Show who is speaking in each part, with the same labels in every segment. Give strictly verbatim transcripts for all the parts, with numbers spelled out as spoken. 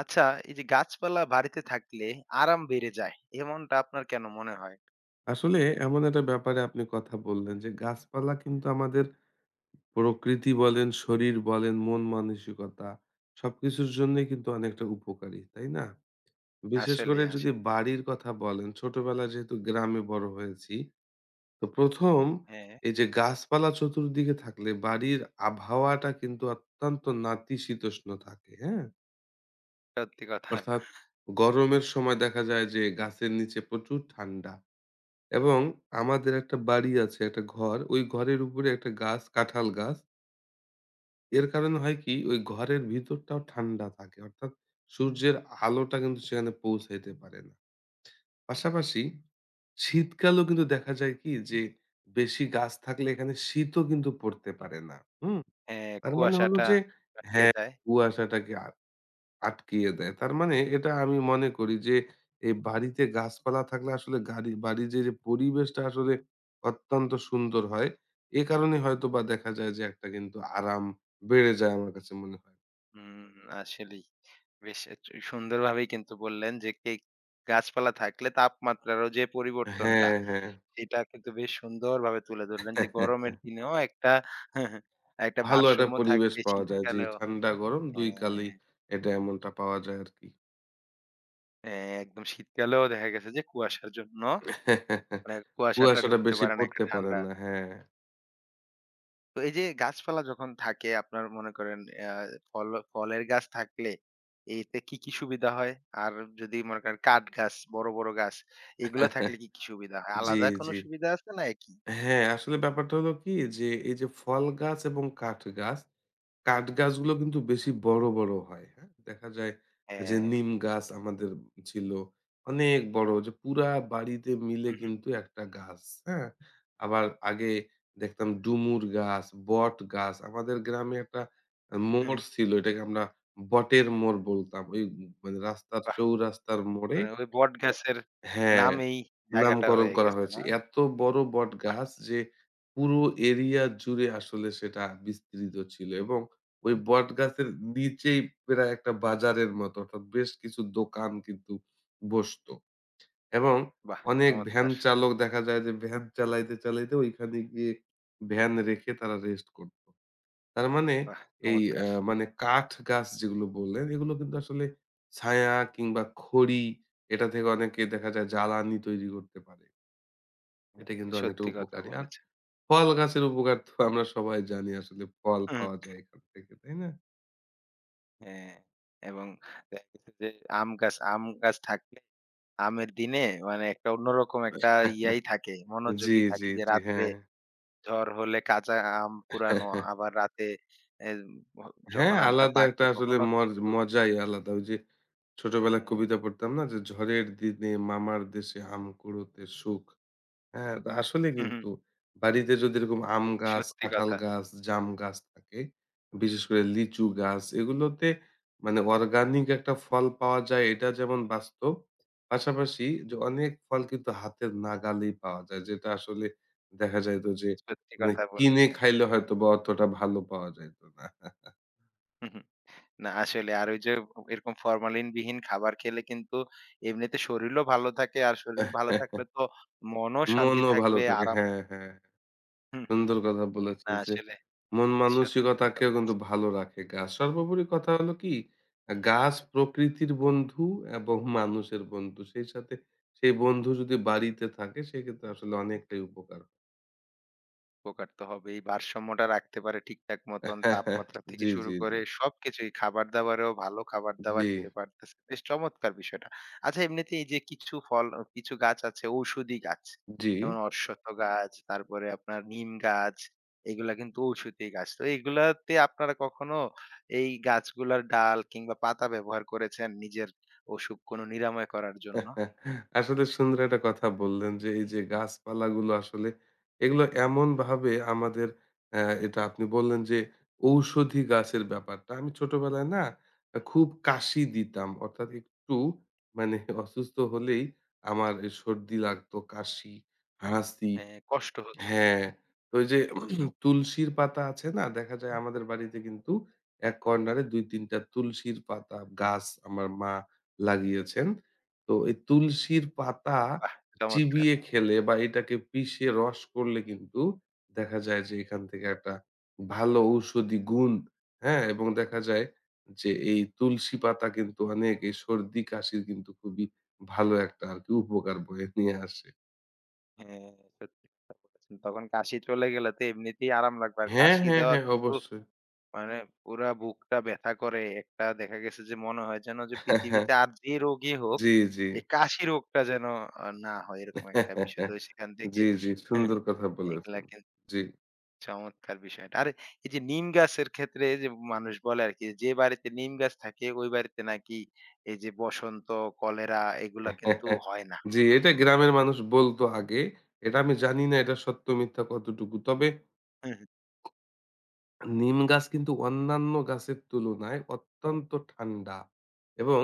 Speaker 1: আচ্ছা, এই যে গাছপালা বাড়িতে থাকলে আরাম বেড়ে যায়। এমনটা আপনার কেন মনে হয়?
Speaker 2: আসলে এমন একটা ব্যাপারে আপনি কথা বললেন যে গাছপালা কিন্তু আমাদের প্রকৃতি বলেন, শরীর বলেন, মন মানসিকতা সবকিছুর জন্যই কিন্তু অনেকটা উপকারী, তাই না? বিশেষ করে
Speaker 1: আসলেই,
Speaker 2: যদি
Speaker 1: আসলেই।
Speaker 2: বাড়ির কথা বলেন, ছোটবেলায় যেহেতু গ্রামে বড় হয়েছি, তো প্রথম
Speaker 1: হ্যাঁ,
Speaker 2: এই যে গাছপালা চতুর্দিকে থাকলে বাড়ির আবহাওয়াটা কিন্তু অত্যন্ত নাতিশীতোষ্ণ থাকে, হ্যাঁ?
Speaker 1: সত্যি কথা।
Speaker 2: অর্থাৎ গরমের সময় দেখা যায় যে গাছের নিচে প্রচুর ঠান্ডা। এবং আমাদের একটা বাড়ি আছে, একটা ঘর। ওই ঘরের উপরে একটা গাছ, কাঁঠাল গাছ। এর কারণে হয় কি? ওই ঘরের ভিতরটাও ঠান্ডা থাকে। অর্থাৎ সূর্যের আলোটা কিন্তু সেখানে পৌঁছাইতে পারে না। পাশাপাশি শীতকালেও কিন্তু দেখা যায় কি? যে বেশি গাছ থাকলে এখানে শীতও কিন্তু পড়তে পারে না। হুম?
Speaker 1: হ্যাঁ,
Speaker 2: তার মানে হলো
Speaker 1: কুয়াশাটা
Speaker 2: যে
Speaker 1: আটকে
Speaker 2: হ্যাঁ,
Speaker 1: যায়।
Speaker 2: কুয়াশাটাকে আ আটকিয়ে দেয়। তার মানে এটা আমি মনে করি যে এই বাড়িতে গাছপালা থাকলে আসলে গাড়ি বাড়ির যে, যে পরিবেশটা আসলে অত্যন্ত সুন্দর হয়। এ কারণে হয়তোবা দেখা যায় যে একটা কিন্তু আরাম বেড়ে যায় আমার কাছে মনে হয়।
Speaker 1: হুম, আসলেই। বেশ এ সুন্দরভাবেই কিন্তু বললেন যে কে গাছপালা থাকলে তাপমাত্রারও যে পরিবর্তনটা,
Speaker 2: হ্যাঁ, হ্যাঁ।
Speaker 1: সেটা কিন্তু বেশ সুন্দরভাবে তুলে ধরলেন যে গরমের দিনেও একটা একটা
Speaker 2: ভালো একটা
Speaker 1: ভারসাম্য
Speaker 2: পরিবেশ
Speaker 1: থাকবে
Speaker 2: পাওয়া যায়। জি,
Speaker 1: শীতকালেও।
Speaker 2: ঠান্ডা গরম দুই কালেই
Speaker 1: হ্যাঁ,
Speaker 2: এটা এমনটা পাওয়া যায় আরকি।
Speaker 1: হ্যাঁ, একদম শীতকালেও দেখা গেছে যে কুয়াশার জন্য মানে কুয়াশাটা
Speaker 2: কুয়াশাটা
Speaker 1: ঢুকতে
Speaker 2: বেশি
Speaker 1: পারে না, একটা
Speaker 2: পড়তে পারে
Speaker 1: ঠান্ডা।
Speaker 2: না। হ্যাঁ।
Speaker 1: তো এই যে গাছপালা যখন থাকে আপনার মনে করেন আ ফল ফলের গাছ থাকলে এতে কি, কি সুবিধা হয়? আর যদি মনে করেন কাঠ গাছ, বড়, বড় গাছ এগুলো থাকলে কি, কি সুবিধা হয়?
Speaker 2: জি,
Speaker 1: আলাদা কোনো
Speaker 2: জি।
Speaker 1: সুবিধা আছে না একই?
Speaker 2: হ্যাঁ, আসলে ব্যাপারটা হলো কি যে এই যে ফল গাছ এবং কাঠ গাছ কাঠ গাছগুলো কিন্তু বেশি বড়, বড় হয়। হ্যাঁ? দেখা যায় যে
Speaker 1: হ্যাঁ।
Speaker 2: নিম গাছ আমাদের ছিল অনেক বড় যে পুরা বাড়িতে মিলে
Speaker 1: হুম, হুম,
Speaker 2: কিন্তু একটা গাছ। হ্যাঁ? আবার আগে দেখতাম ডুমুর গাছ, বট গাছ। আমাদের গ্রামে একটা আ
Speaker 1: হুম।
Speaker 2: মোড় ছিল এটাকে আমরা বটের মোড় বলতাম। ওই মানে রাস্তার
Speaker 1: বাহ!
Speaker 2: চৌরাস্তার মোড়ে
Speaker 1: মানে ওই বট গাছের
Speaker 2: হ্যাঁ।
Speaker 1: নামেই জায়গাটা
Speaker 2: নামকরণ
Speaker 1: হয়ে
Speaker 2: করা
Speaker 1: গেছে
Speaker 2: হয়েছে।
Speaker 1: না?
Speaker 2: এত বড় বটগাছ যে পুরো এরিয়া জুড়ে আসলে সেটা বিস্তৃত ছিল এবং ওই বটগাছের নিচেই প্রায় একটা বাজারের মতো অর্থাৎ বেশ কিছু দোকান কিন্তু বসতো এবং
Speaker 1: বাহ!
Speaker 2: অনেক ভ্যান
Speaker 1: চমৎকার!
Speaker 2: চালক দেখা যায় যে ভ্যান চালাইতে, চালাইতে ওইখানে গিয়ে ভ্যান রেখে তারা রেস্ট করত। তার মানে
Speaker 1: বাহ!
Speaker 2: এই আ
Speaker 1: চমৎকার!
Speaker 2: মানে কাঠ গাছ যেগুলো বললেন এগুলো কিন্তু আসলে ছায়া কিংবা খড়ি এটা থেকে অনেকে দেখা যায় জ্বালানি তৈরি করতে পারে।
Speaker 1: হ্যাঁ,
Speaker 2: এটা কিন্তু অনেকটা
Speaker 1: সত্যি কথা
Speaker 2: উপকারী। আর
Speaker 1: বলেছেন।
Speaker 2: ফল গাছের উপকার তো আমরা সবাই জানি আসলে ফল
Speaker 1: হুম,
Speaker 2: পাওয়া যায় এখান থেকে, তাই না?
Speaker 1: হ্যাঁ এবং দেখা গেছে যে আম গাছ, আম গাছ থাকলে আমের দিনে মানে একটা অন্যরকম একটা ইয়াই থাকে,
Speaker 2: জি,
Speaker 1: মনোযোগী থাকে
Speaker 2: জি,
Speaker 1: যে
Speaker 2: জি।
Speaker 1: রাত্রে
Speaker 2: হ্যাঁ।
Speaker 1: ঝড় হলে কাঁচা আম কুড়ানো, আবার রাতে এ ভ যখন
Speaker 2: হ্যাঁ,
Speaker 1: আমটা
Speaker 2: আলাদা
Speaker 1: পাকে
Speaker 2: একটা আসলে
Speaker 1: তখনও
Speaker 2: মজ
Speaker 1: কিন্তু
Speaker 2: মজাই আলাদা। ওই যে ছোটবেলায়
Speaker 1: হ্যাঁ,
Speaker 2: কবিতা পড়তাম না যে, "ঝড়ের দিনে মামার দেশে আম কুড়োতে সুখ।" হ্যাঁ, তো আসলে
Speaker 1: হু, হু,
Speaker 2: কিন্তু বাড়িতে যদি এরকম আম গাছ,
Speaker 1: সত্যি
Speaker 2: কাঁঠাল
Speaker 1: কথা,
Speaker 2: গাছ, জাম গাছ থাকে, বিশেষ করে লিচু গাছ এগুলোতে মানে অর্গানিক একটা ফল পাওয়া যায় এটা যেমন বাস্তব। পাশাপাশি যে অনেক ফল কিন্তু হাতের নাগালেই পাওয়া যায়। যেটা আসলে দেখা যাইত যে
Speaker 1: সত্যি
Speaker 2: মানে
Speaker 1: কথা
Speaker 2: কিনে
Speaker 1: বলেছেন।
Speaker 2: খাইলে হয়তোবা অতটা ভালো পাওয়া যাইত না।
Speaker 1: হু, হু। না আসলে আর ওই যে এরকম ফরমালিনবিহীন খাবার খেলে কিন্তু এমনিতে শরীরও ভালো থাকে। আর শরীর ভালো থাকলে তো মনও শান্তি
Speaker 2: মনও ভালো
Speaker 1: থাকবে,
Speaker 2: থাকে।
Speaker 1: আরাম
Speaker 2: হ্যাঁ, হ্যাঁ।
Speaker 1: হু, হু,
Speaker 2: সুন্দর
Speaker 1: হু।
Speaker 2: কথা বলেছেন
Speaker 1: না
Speaker 2: যে
Speaker 1: আসলে
Speaker 2: মন
Speaker 1: সত্যি কথা
Speaker 2: মানসিকতাকেও কিন্তু
Speaker 1: বলেছেন।
Speaker 2: ভালো রাখে গাছ। সর্বোপরি কথা হলো কি আ গাছ প্রকৃতির বন্ধু এবং মানুষের বন্ধু। সেই সাথে সেই বন্ধু যদি বাড়িতে থাকে সেক্ষেত্রে আসলে অনেকটাই উপকার।
Speaker 1: উপকার তো হবেই। ভারসাম্যটা রাখতে পারে ঠিকঠাক মতন তাপমাত্রা থেকে
Speaker 2: জি,
Speaker 1: শুরু
Speaker 2: জি,
Speaker 1: করে
Speaker 2: জি।
Speaker 1: সবকিছুই খাবার-দাবারেও ভালো
Speaker 2: জি,
Speaker 1: খাবার-দাবার দিতে পারতেছে। বেশ চমৎকার বিষয়টা। আচ্ছা এমনিতে এই যে কিছু ফল অ কিছু গাছ আছে ঔষধি গাছ।
Speaker 2: জি।
Speaker 1: যেমন অশ্বত্থ গাছ, তারপরে আপনার নিম গাছ, এগুলা কিন্তু ঔষধি গাছ। তো এগুলাতে আপনারা কখনো এই গাছগুলার ডাল কিংবা পাতা ব্যবহার করেছেন নিজের অসুখ কোনো নিরাময় করার জন্য?
Speaker 2: আসলে সুন্দর একটা কথা বললেন যে এই যে গাছপালাগুলো আসলে এগুলো এমন ভাবে আমাদের আহ, এটা আপনি বললেন যে ঔষধি গাছের ব্যাপারটা আমি ছোটবেলায় না খুব কাশি দিতাম অর্থাৎ একটু মানে অসুস্থ হলেই আমার এই সর্দি লাগতো কাশি হাসি
Speaker 1: হ্যাঁ, কষ্ট হতো।
Speaker 2: হ্যাঁ, ওই যে তুলসীর পাতা আছে না? দেখা যায় আমাদের বাড়িতে কিন্তু এক কর্নারে দুই তিন টা তুলসীর পাতা গাছ আমার মা লাগিয়েছেন। তো এই তুলসীর পাতা
Speaker 1: বাহ! চমৎকার।
Speaker 2: চিবিয়ে খেলে বা এটাকে পিষে রস করলে কিন্তু দেখা যায় যে এখান থেকে একটা ভালো ঔষধি গুণ, হ্যাঁ? এবং দেখা যায় যে এই তুলসী পাতা কিন্তু অনেক এই সর্দি কাশির কিন্তু খুবই ভালো একটা আরকি উপকার বয়ে নিয়ে আসে।
Speaker 1: হ্যাঁ, সত্যি কথা বলেছেন। তখন কাশি চলে গেলে তো এমনিতেই আরাম লাগবে। আর
Speaker 2: হ্যাঁ,
Speaker 1: কাশি
Speaker 2: হ্যাঁ,
Speaker 1: দেওয়া
Speaker 2: হ্যাঁ
Speaker 1: কিন্তু
Speaker 2: অবশ্যই।
Speaker 1: মানে পুরা বুকটা ব্যথা করে। একটা দেখা গেছে যে মনে হয় যেন যে পৃথিবীতে আর যে রোগই হোক,
Speaker 2: জি, জি।
Speaker 1: এই কাশি রোগটা যেন আ না হয় এরকম একটা বিষয়। তো সেখান থেকে
Speaker 2: জি, জি।
Speaker 1: হ্যাঁ,
Speaker 2: সুন্দর কথা
Speaker 1: এগুলা
Speaker 2: বলেছেন।
Speaker 1: কিন্তু
Speaker 2: জি।
Speaker 1: চমৎকার বিষয়টা। আর এই যে নিম গাছের ক্ষেত্রে যে মানুষ বলে আরকি যে বাড়িতে নিম গাছ থাকে ওই বাড়িতে নাকি এই যে বসন্ত, কলেরা এগুলা কিন্তু হয় না।
Speaker 2: জি, এটা গ্রামের মানুষ বলত আগে। এটা আমি জানি না এটা সত্য মিথ্যা কতটুকু। তবে
Speaker 1: হুম,
Speaker 2: নিম গাছ কিন্তু অন্যান্য গাছের তুলনায় অত্যন্ত ঠান্ডা এবং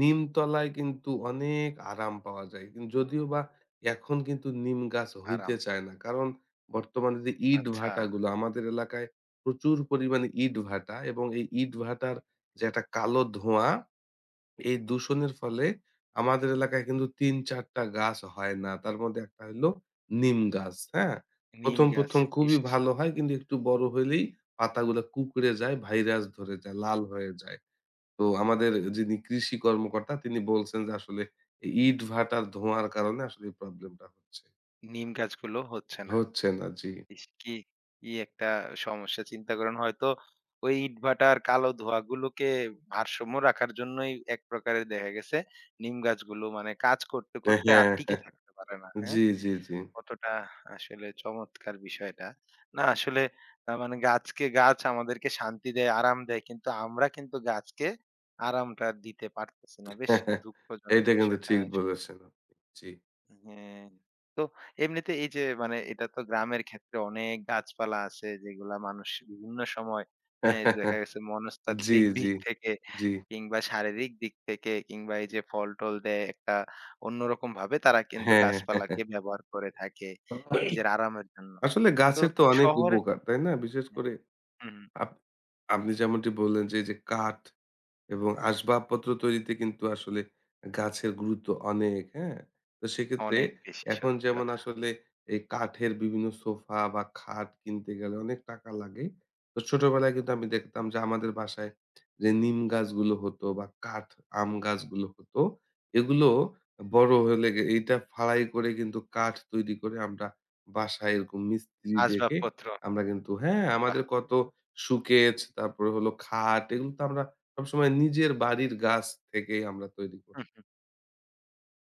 Speaker 2: নিমতলায় কিন্তু অনেক আরাম পাওয়া যায়। কিন যদিও বা এখন কিন্তু নিম গাছ হইতে
Speaker 1: আরাম।
Speaker 2: চায় না। কারণ বর্তমানে যে ইট
Speaker 1: আচ্ছা।
Speaker 2: ভাটাগুলো আমাদের এলাকায় প্রচুর পরিমাণে ইট ভাটা এবং এই ইট ভাটার যে একটা কালো ধোঁয়া এই দূষণের ফলে আমাদের এলাকায় কিন্তু তিন চার টা গাছ হয় না। তার মধ্যে একটা হইলো নিম গাছ, হ্যাঁ?
Speaker 1: নিম
Speaker 2: ১ম,
Speaker 1: গাছ।
Speaker 2: ১ম
Speaker 1: ইস!
Speaker 2: খুবই ভালো হয় কিন্তু একটু বড় হইলেই পাতাগুলা কুঁকড়ে যায়, ভাইরাস ধরে যায়, লাল হয়ে যায়। তো আমাদের যিনি কৃষি কর্মকর্তা তিনি বলছেন যে আসলে এই ইটভাটার ধোঁয়ার কারণে আসলে এই প্রবলেমটা হচ্ছে।
Speaker 1: নিম গাছগুলো হচ্ছে না।
Speaker 2: হচ্ছে না, জি।
Speaker 1: ইস! কি, কি একটা সমস্যা চিন্তা করেন। হয়তো ওই ইটভাটার কালো ধোঁয়াগুলোকে ভারসাম্য রাখার জন্যই এক প্রকারের দেখা গেছে নিম গাছগুলো মানে কাজ করতে,
Speaker 2: হ্যাঁ,
Speaker 1: করতে আর
Speaker 2: হ্যাঁ,
Speaker 1: টিকে
Speaker 2: হ্যাঁ।
Speaker 1: থাকতে পারে না, হ্যাঁ?
Speaker 2: জি, জি, জি।
Speaker 1: কতটা আসলে চমৎকার বিষয়টা। না আসলে আ মানে গাছকে গাছ আমাদেরকে শান্তি দেয়, আরাম দেয়। কিন্তু আমরা কিন্তু গাছকে আরামটা দিতে পারতেছি না। বেশ দুঃখজনক
Speaker 2: এইটা কিন্তু
Speaker 1: বিষয়টা।
Speaker 2: ঠিক বলেছেন আপনি। জি।
Speaker 1: হ্যাঁ, তো এমনিতে এই যে মানে এটা তো গ্রামের ক্ষেত্রে অনেক গাছপালা আছে যেগুলা মানুষ বিভিন্ন সময় হ্যাঁ, দেখা গেছে
Speaker 2: জি,
Speaker 1: মনস্তাত্ত্বিক
Speaker 2: জি,
Speaker 1: দিক থেকে
Speaker 2: জি।
Speaker 1: কিংবা শারীরিক দিক থেকে কিংবা এই যে ফল টল দেয় একটা অন্যরকম ভাবে তারা কিন্তু
Speaker 2: হ্যাঁ।
Speaker 1: গাছপালাকে ব্যবহার করে থাকে নিজের আরামের জন্য
Speaker 2: আসলে
Speaker 1: তো
Speaker 2: গাছের তো অনেক
Speaker 1: শহরে
Speaker 2: উপকার, তাই না? বিশেষ
Speaker 1: হ্যাঁ,
Speaker 2: করে
Speaker 1: হুম,
Speaker 2: আপ আপনি যেমনটি বললেন যে, এই যে কাঠ, এবং আসবাবপত্র তৈরিতে কিন্তু আসলে গাছের গুরুত্ব অনেক, হ্যাঁ? তো সেক্ষেত্রে
Speaker 1: অনেক বেশি
Speaker 2: এখন
Speaker 1: সত্যি
Speaker 2: যেমন
Speaker 1: কথা
Speaker 2: আসলে এই কাঠের বিভিন্ন সোফা বা খাট কিনতে গেলে অনেক টাকা লাগে। তো ছোটবেলায় কিন্তু আমি দেখতাম যে আমাদের বাসায় যে নিম গাছগুলো হতো বা কাঠ আম গাছগুলো হতো, এগুলো বড় হলে গে এইটা ফাড়াই করে কিন্তু কাঠ তৈরি করে আমরা বাসায় এরকম মিস্ত্রি ডেকে
Speaker 1: আসবাবপত্র
Speaker 2: আমরা কিন্তু হ্যাঁ, আমাদের কত সুকেচ তারপরে হলো খাট এগুলো তো আমরা সবসময় নিজের বাড়ির গাছ থেকেই আমরা তৈরি করি।
Speaker 1: বাহ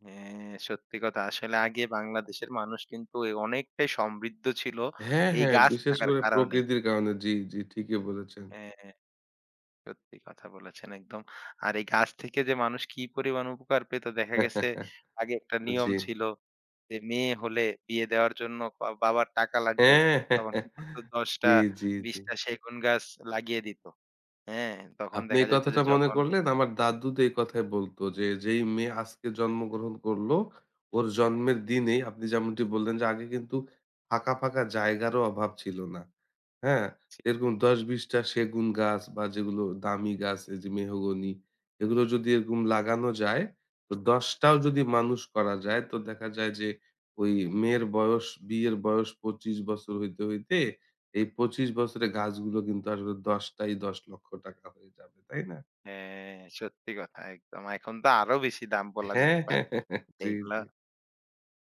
Speaker 1: হ্যাঁ, সত্যি কথা। আসলে আগে বাংলাদেশের মানুষ কিন্তু এ অনেকটাই সমৃদ্ধ ছিল
Speaker 2: হ্যাঁ,
Speaker 1: এই
Speaker 2: হ্যাঁ,
Speaker 1: গাছ
Speaker 2: বিশেষ
Speaker 1: থাকার
Speaker 2: করে
Speaker 1: কারণেই।
Speaker 2: প্রকৃতির কারণে। জি, জি, ঠিকই বলেছেন।
Speaker 1: হ্যাঁ, হ্যাঁ, সত্যি কথা বলেছেন একদম। আর এই গাছ থেকে যে মানুষ কি পরিমাণ উপকার পেত দেখা গেছে আগে একটা নিয়ম
Speaker 2: জি।
Speaker 1: ছিল যে মেয়ে হলে বিয়ে দেওয়ার জন্য বা বাবার টাকা লাগবে।
Speaker 2: হ্যাঁ।
Speaker 1: তখন কি করত দশ টা
Speaker 2: জি, জি,
Speaker 1: বিশ
Speaker 2: জি।
Speaker 1: টা সেগুন গাছ লাগিয়ে দিত। হ্যাঁ, তখন
Speaker 2: আপনি
Speaker 1: দেখা
Speaker 2: এই
Speaker 1: যেত
Speaker 2: কথাটা
Speaker 1: যে
Speaker 2: মনে
Speaker 1: যখন
Speaker 2: করলেন। আমার দাদু তো এই কথাই বলতো যে, যেই মেয়ে আজকে জন্মগ্রহণ করলো, ওর জন্মের দিনেই আপনি যেমনটি বললেন যে, আগে কিন্তু ফাঁকা, ফাঁকা জায়গারও অভাব ছিল না। হ্যাঁ? এরকম দশ বিশ টা সেগুন গাছ বা যেগুলো দামি গাছ এই যে মেহগনি, এগুলো যদি এরকম লাগানো যায়, তো দশ টাও যদি মানুষ করা যায়, তো দেখা যায় যে, ওই মেয়ের বয়স, বিয়ের বয়স পঁচিশ বছর হইতে, হইতে এই পঁচিশ বছরে গাছগুলো কিন্তু আসলে দশ টাই দশ লাখ টাকা হয়ে যাবে। তাই না?
Speaker 1: হ্যাঁ, সত্যি কথা একদম। এখন তো আরো বেশি দাম বলা
Speaker 2: হ্যাঁ,
Speaker 1: যেতে
Speaker 2: হ্যাঁ,
Speaker 1: পারে।
Speaker 2: হ্যাঁ, হ্যাঁ। জি,
Speaker 1: এইগুলা
Speaker 2: জি।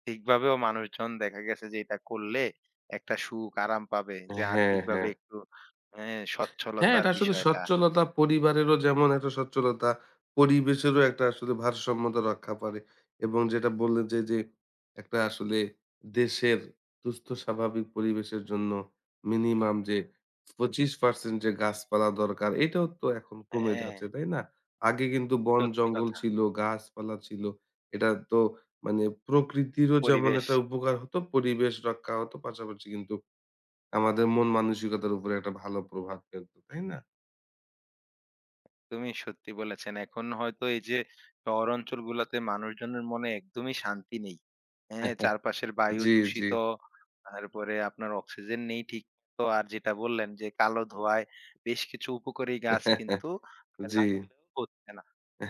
Speaker 1: ঠিকভাবেও মানুষজন দেখা গেছে যে এটা করলে একটা সুখ আরাম পাবে যে
Speaker 2: হ্যাঁ,
Speaker 1: আর্থিকভাবে
Speaker 2: হ্যাঁ।
Speaker 1: একটু হ্যাঁ
Speaker 2: হ্যাঁ,
Speaker 1: সচ্ছলতার
Speaker 2: এটা আসলে
Speaker 1: বিষয়টা।
Speaker 2: সচ্ছলতা পরিবারেরও যেমন একটা সচ্ছলতা, পরিবেশেরও একটা আসলে ভারসাম্যতা রক্ষা করে এবং যেটা বললেন যে, যে একটা আসলে দেশের সুস্থ স্বাভাবিক পরিবেশের জন্য মিনিমাম যে পঁচিশ শতাংশ যে গাছপালা দরকার, এটাও তো এখন কমে
Speaker 1: হ্যাঁ,
Speaker 2: যাচ্ছে, তাই না? আগে কিন্তু
Speaker 1: সত্যি
Speaker 2: বন-জঙ্গল
Speaker 1: কথা।
Speaker 2: ছিল, গাছপালা ছিল। এটা তো মানে প্রকৃতিরও যেমন
Speaker 1: পরিবেশ
Speaker 2: একটা উপকার হতো, পরিবেশ রক্ষা হতো, পাশাপাশি কিন্তু আমাদের মন মানসিকতার উপরে একটা ভালো প্রভাব ফেলতো, তাই না?
Speaker 1: তুমি সত্যি বলেছেন। এখন হয়তো এই যে শহর অঞ্চলগুলাতে মানুষজনের মনে একদমই শান্তি নেই। হ্যাঁ, চারপাশের বায়ু
Speaker 2: জি, জি।
Speaker 1: দূষিত, তারপরে আপনার অক্সিজেন নেই ঠিক তো আর যেটা বললেন যে কালো ধোঁয়ায় বেশ কিছু উপকারী গাছ কিন্তু
Speaker 2: জি।
Speaker 1: লাগালেও হচ্ছে না।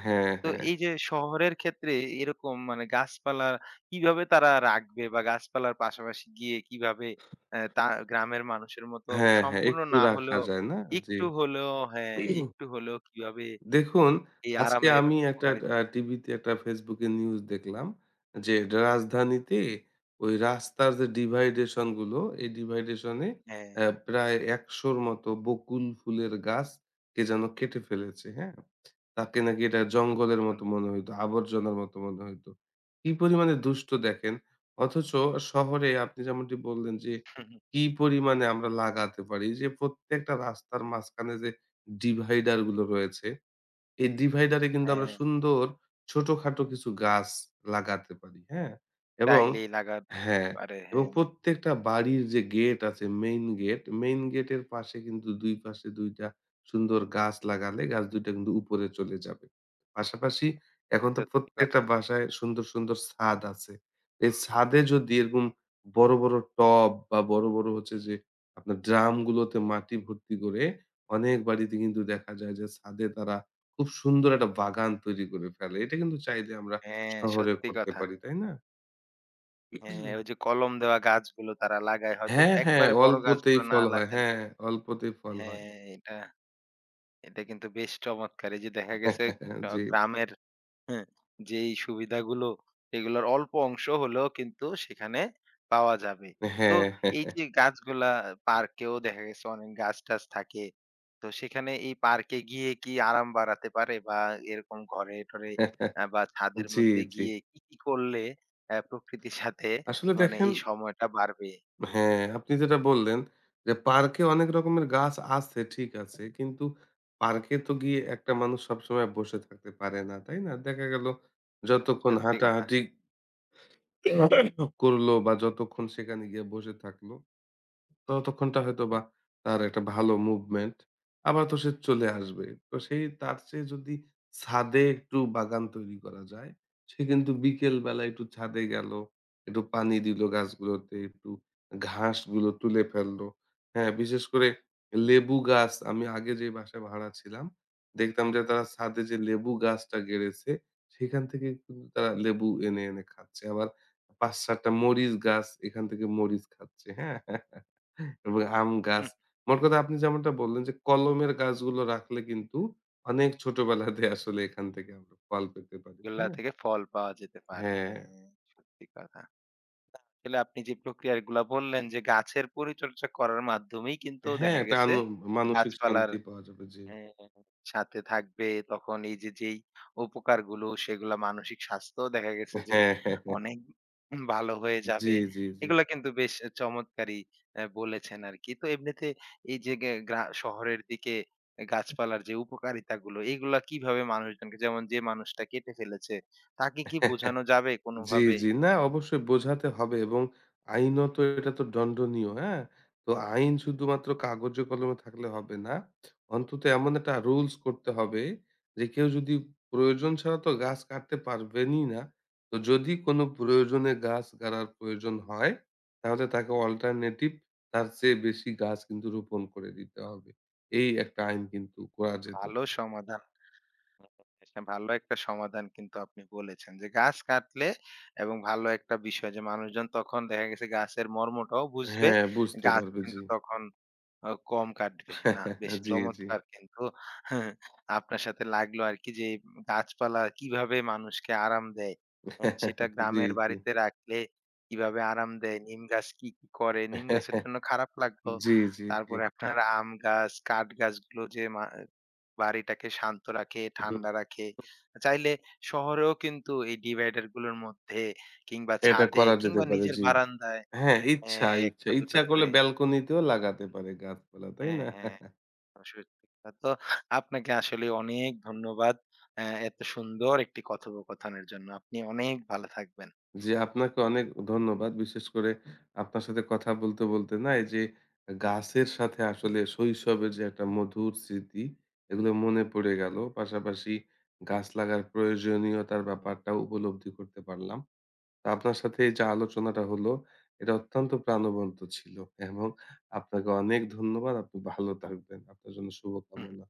Speaker 2: হ্যাঁ,
Speaker 1: তো
Speaker 2: হ্যাঁ।
Speaker 1: এই যে শহরের ক্ষেত্রে এরকম মানে গাছপালা কিভাবে তারা রাখবে বা গাছপালার পাশাপাশি গিয়ে কিভাবে অ্যা তা গ্রামের মানুষের মতো
Speaker 2: হ্যাঁ, হ্যাঁ।
Speaker 1: সম্পূর্ণ
Speaker 2: একটু
Speaker 1: না
Speaker 2: রাখা
Speaker 1: হলেও
Speaker 2: যায় না? জি।
Speaker 1: একটু হলেও হ্যাঁ, একটু হলেও কিভাবে
Speaker 2: দেখুন,
Speaker 1: এই
Speaker 2: আজকে
Speaker 1: আরামের
Speaker 2: আমি একটা
Speaker 1: উপকারী
Speaker 2: আ টিভিতে একটা Facebook এ নিউজ দেখলাম যে রাজধানীতে ওই রাস্তার যে ডিভাইডেশন গুলো, এই ডিভাইডেশন এ
Speaker 1: হ্যাঁ,
Speaker 2: অ্যা প্রায় একশ র মতো বকুল ফুলের গাছ কে যেন কেটে ফেলেছে, হ্যাঁ? তাকে নাকি এটা জঙ্গলের মতো
Speaker 1: দুঃখজনক।
Speaker 2: মনে হইতো, আবর্জনার মতো মনে হইতো। কি পরিমাণে দুষ্ট দেখেন। অথচ শহরে আপনি যেমনটি বললেন যে কি পরিমাণে আমরা লাগাতে পারি। যে প্রত্যেকটা রাস্তার মাঝখানে যে ডিভাইডার গুলো রয়েছে এই ডিভাইডারে কিন্তু আমরা
Speaker 1: হ্যাঁ,
Speaker 2: সুন্দর ছোটখাটো কিছু গাছ লাগাতে পারি, হ্যাঁ? এবং
Speaker 1: চাইলেই লাগাতে
Speaker 2: হ্যাঁ,
Speaker 1: পারে।
Speaker 2: এবং
Speaker 1: হ্যাঁ,
Speaker 2: প্রত্যেকটা বাড়ির যে গেট আছে, মেইন গেট, মেইন গেটের পাশে কিন্তু দুই পাশে দুই টা সুন্দর গাছ লাগালে গাছ দুই টা কিন্তু উপরে চলে যাবে। পাশাপাশি এখন তো
Speaker 1: সত্যি
Speaker 2: প্রত্যেকটা
Speaker 1: কথা।
Speaker 2: বাসায় সুন্দর, সুন্দর ছাদ আছে। এই ছাদে যদি এরকম বড়, বড় টব বা বড়, বড় হচ্ছে যে আপনার ড্রামগুলোতে মাটি ভর্তি করে অনেক বাড়িতে কিন্তু দেখা যায় যে ছাদে তারা খুব সুন্দর একটা বাগান তৈরি করে ফেলে। এটা কিন্তু চাইলে আমরা
Speaker 1: হ্যাঁ,
Speaker 2: শহরে
Speaker 1: সত্যি
Speaker 2: করতে
Speaker 1: কথা।
Speaker 2: পারি, তাই না?
Speaker 1: হ্যাঁ, ওই যে কলম দেওয়া গাছগুলো তারা লাগায় হয়তো
Speaker 2: হ্যাঁ, হ্যাঁ,
Speaker 1: একবারে বড়
Speaker 2: অল্পতেই
Speaker 1: গাছগুলো না
Speaker 2: ফল হয়। হ্যাঁ,
Speaker 1: লাগালেও
Speaker 2: অল্পতেই ফল হয়।
Speaker 1: হ্যাঁ, এটা এটা কিন্তু বেশ চমৎকার। এই যে দেখা গেছে আ
Speaker 2: জি।
Speaker 1: গ্রামের হ্যাঁ, যেই সুবিধাগুলো এগুলোর অল্প অংশ হলেও কিন্তু সেখানে পাওয়া যাবে। তো
Speaker 2: হ্যাঁ।
Speaker 1: এই যে গাছগুলা পার্কেও দেখা গেছে অনেক গাছ-টাছ থাকে। তো সেখানে এই পার্কে গিয়ে কি আরাম বাড়াতে পারে বা এরকম ঘরে-টরে
Speaker 2: হ্যাঁ,
Speaker 1: আ বা ছাদের
Speaker 2: জি,
Speaker 1: মধ্যে
Speaker 2: জি।
Speaker 1: গিয়ে কি, কি করলে আ প্রকৃতির সাথে
Speaker 2: আসলে
Speaker 1: মানে
Speaker 2: দেখেন
Speaker 1: এই সময়টা বাড়বে?
Speaker 2: হ্যাঁ, আপনি যেটা বললেন যে পার্কে অনেক রকমের গাছ আছে ঠিক আছে। কিন্তু পার্কে তো গিয়ে একটা মানুষ সবসময় বসে থাকতে পারে না, তাই না? দেখা গেল যতক্ষণ
Speaker 1: সত্যি কথা।
Speaker 2: হাঁটাহাঁটি করলো বা যতক্ষণ সেখানে গিয়ে বসে থাকলো তো ততক্ষণটা হয়তোবা তার একটা ভালো মুভমেন্ট। আবার তো সে চলে আসবে। তো সেই তার চেয়ে যদি ছাদে একটু বাগান তৈরি করা যায়, সে কিন্তু বিকেল বেলা একটু ছাদে গেল, একটু পানি দিল গাছগুলোতে, একটু ঘাসগুলো তুলে ফেললো। হ্যাঁ, বিশেষ করে লেবু গাছ আমি আগে যে বাসায় ভাড়া ছিলাম, দেখতাম যে তারা ছাদে যে লেবু গাছটা গেড়েছে, সেখান থেকে কিন্তু তারা লেবু এনে, এনে খাচ্ছে। আবার পাঁচ সাত টা মরিচ গাছ, এখান থেকে মরিচ খাচ্ছে। হ্যাঁ? এবং আম গাছ।
Speaker 1: হুম,
Speaker 2: মোট কথা আপনি যেমনটা বললেন যে কলমের গাছগুলো রাখলে কিন্তু অনেক ছোটবেলাতে আসলে এখান থেকে আমরা ফল পেতে পারি। তাই
Speaker 1: এগুলা
Speaker 2: না?
Speaker 1: থেকে ফল পাওয়া যেতে পারে।
Speaker 2: হ্যাঁ,
Speaker 1: হ্যাঁ, সত্যি কথা। আসলে আপনি যে প্রক্রিয়াগুলা বললেন যে গাছের পরিচর্যা করার মাধ্যমেই কিন্তু
Speaker 2: হ্যাঁ,
Speaker 1: দেখা
Speaker 2: একটা আন
Speaker 1: গেছে
Speaker 2: মানসিক
Speaker 1: গাছপালার
Speaker 2: শান্তি পাওয়া যাবে। জি।
Speaker 1: হ্যাঁ, সাথে থাকবে তখন এই যে যেই উপকারগুলো সেগুলা মানসিক স্বাস্থ্য দেখা গেছে যে
Speaker 2: হ্যাঁ, হ্যাঁ, হ্যাঁ।
Speaker 1: অনেক ভালো হয়ে
Speaker 2: জি,
Speaker 1: যাবে
Speaker 2: জি,
Speaker 1: এগুলা কিন্তু বেশ চমৎকারই আহ, বলেছেন আর কি তো এমনিতে এই যে গে- গ্রা- শহরের দিকে গাছপালার যে উপকারিতা গুলো এগুলা কিভাবে মানুষজনকে যেমন যে মানুষটা কেটে ফেলেছে তাকে কি বোঝানো যাবে
Speaker 2: জি। জি,
Speaker 1: কোনোভাবে
Speaker 2: জি। না অবশ্যই বোঝাতে হবে এবং আইনত এটা তো দণ্ডনীয়, হ্যাঁ? তো আইন শুধুমাত্র কাগজে কলমে থাকলে হবে না। অন্তত এমন একটা রুলস করতে হবে যে কেউ যদি প্রয়োজন ছাড়া তো গাছ কাটতে পারবেনই না। তো যদি কোনো প্রয়োজনে গাছ গাড়ার প্রয়োজন হয় তাহলে তাকে অল্টারনেটিভ তার চেয়ে বেশি গাছ কিন্তু রোপণ করে দিতে হবে। এই একটা আইন কিন্তু করা যেতে
Speaker 1: ভালো
Speaker 2: পারে।
Speaker 1: সমাধান এটা ভালো একটা সমাধান কিন্তু আপনি বলেছেন যে গাছ কাটলে এবং ভালো একটা বিষয় যে মানুষজন তখন দেখা গেছে গাছের মর্মটাও বুঝবে
Speaker 2: হ্যাঁ, বুঝতে
Speaker 1: গাছও
Speaker 2: পারবে। জি।
Speaker 1: কিন্তু তখন আ কম কাটবে। না, বেশ
Speaker 2: জি, জি।
Speaker 1: চমৎকার কিন্তু আপনার সাথে লাগলো আরকি যে গাছপালা কিভাবে মানুষকে আরাম দেয়। হ্যাঁ, সেটা
Speaker 2: জি,
Speaker 1: গ্রামের
Speaker 2: জি।
Speaker 1: বাড়িতে রাখলে কিভাবে আরাম দেয়, নিম গাছ কি, কি করে, নিম গাছের জন্য খারাপ লাগলো।
Speaker 2: জি, জি, জি।
Speaker 1: তারপরে আপনার আম গাছ, কাঠ গাছগুলো যে মা বাড়িটাকে শান্ত রাখে,
Speaker 2: হুম,
Speaker 1: ঠান্ডা রাখে। চাইলে শহরেও কিন্তু এই ডিভাইডার গুলোর মধ্যে কিংবা
Speaker 2: এটা
Speaker 1: ছাদে
Speaker 2: করা যেতে
Speaker 1: কিংবা
Speaker 2: পারে,
Speaker 1: নিজের
Speaker 2: জি।
Speaker 1: বারান্দায়
Speaker 2: হ্যাঁ, ইচ্ছা,
Speaker 1: হ্যাঁ, এক
Speaker 2: ইচ্ছা,
Speaker 1: টা দুই টা
Speaker 2: ইচ্ছা করলে
Speaker 1: করে
Speaker 2: ব্যালকনিতেও লাগাতে পারে গাছপালা, তাই
Speaker 1: হ্যাঁ,
Speaker 2: না?
Speaker 1: হ্যাঁ। সরাসরি তা তো আপনাকে আসলে অনেক ধন্যবাদ। অ্যা এত সুন্দর একটি কথোপকথনের জন্য। আপনি অনেক ভালো থাকবেন।
Speaker 2: জি, আপনাকে অনেক ধন্যবাদ। বিশেষ করে আপনার সাথে কথা বলতে, বলতে না এই যে গাছের সাথে আসলে শৈশবের যে একটা মধুর স্মৃতি, এগুলো মনে পড়ে গেল। পাশাপাশি গাছ লাগার প্রয়োজনীয়তার ব্যাপারটাও উপলব্ধি করতে পারলাম। আপনার সাথে এই যে আলোচনাটা হলো এটা অত্যন্ত প্রাণবন্ত ছিল এবং আপনাকে অনেক ধন্যবাদ। আপনি ভালো থাকবেন। আপনার জন্য
Speaker 1: হুম।
Speaker 2: শুভকামনা।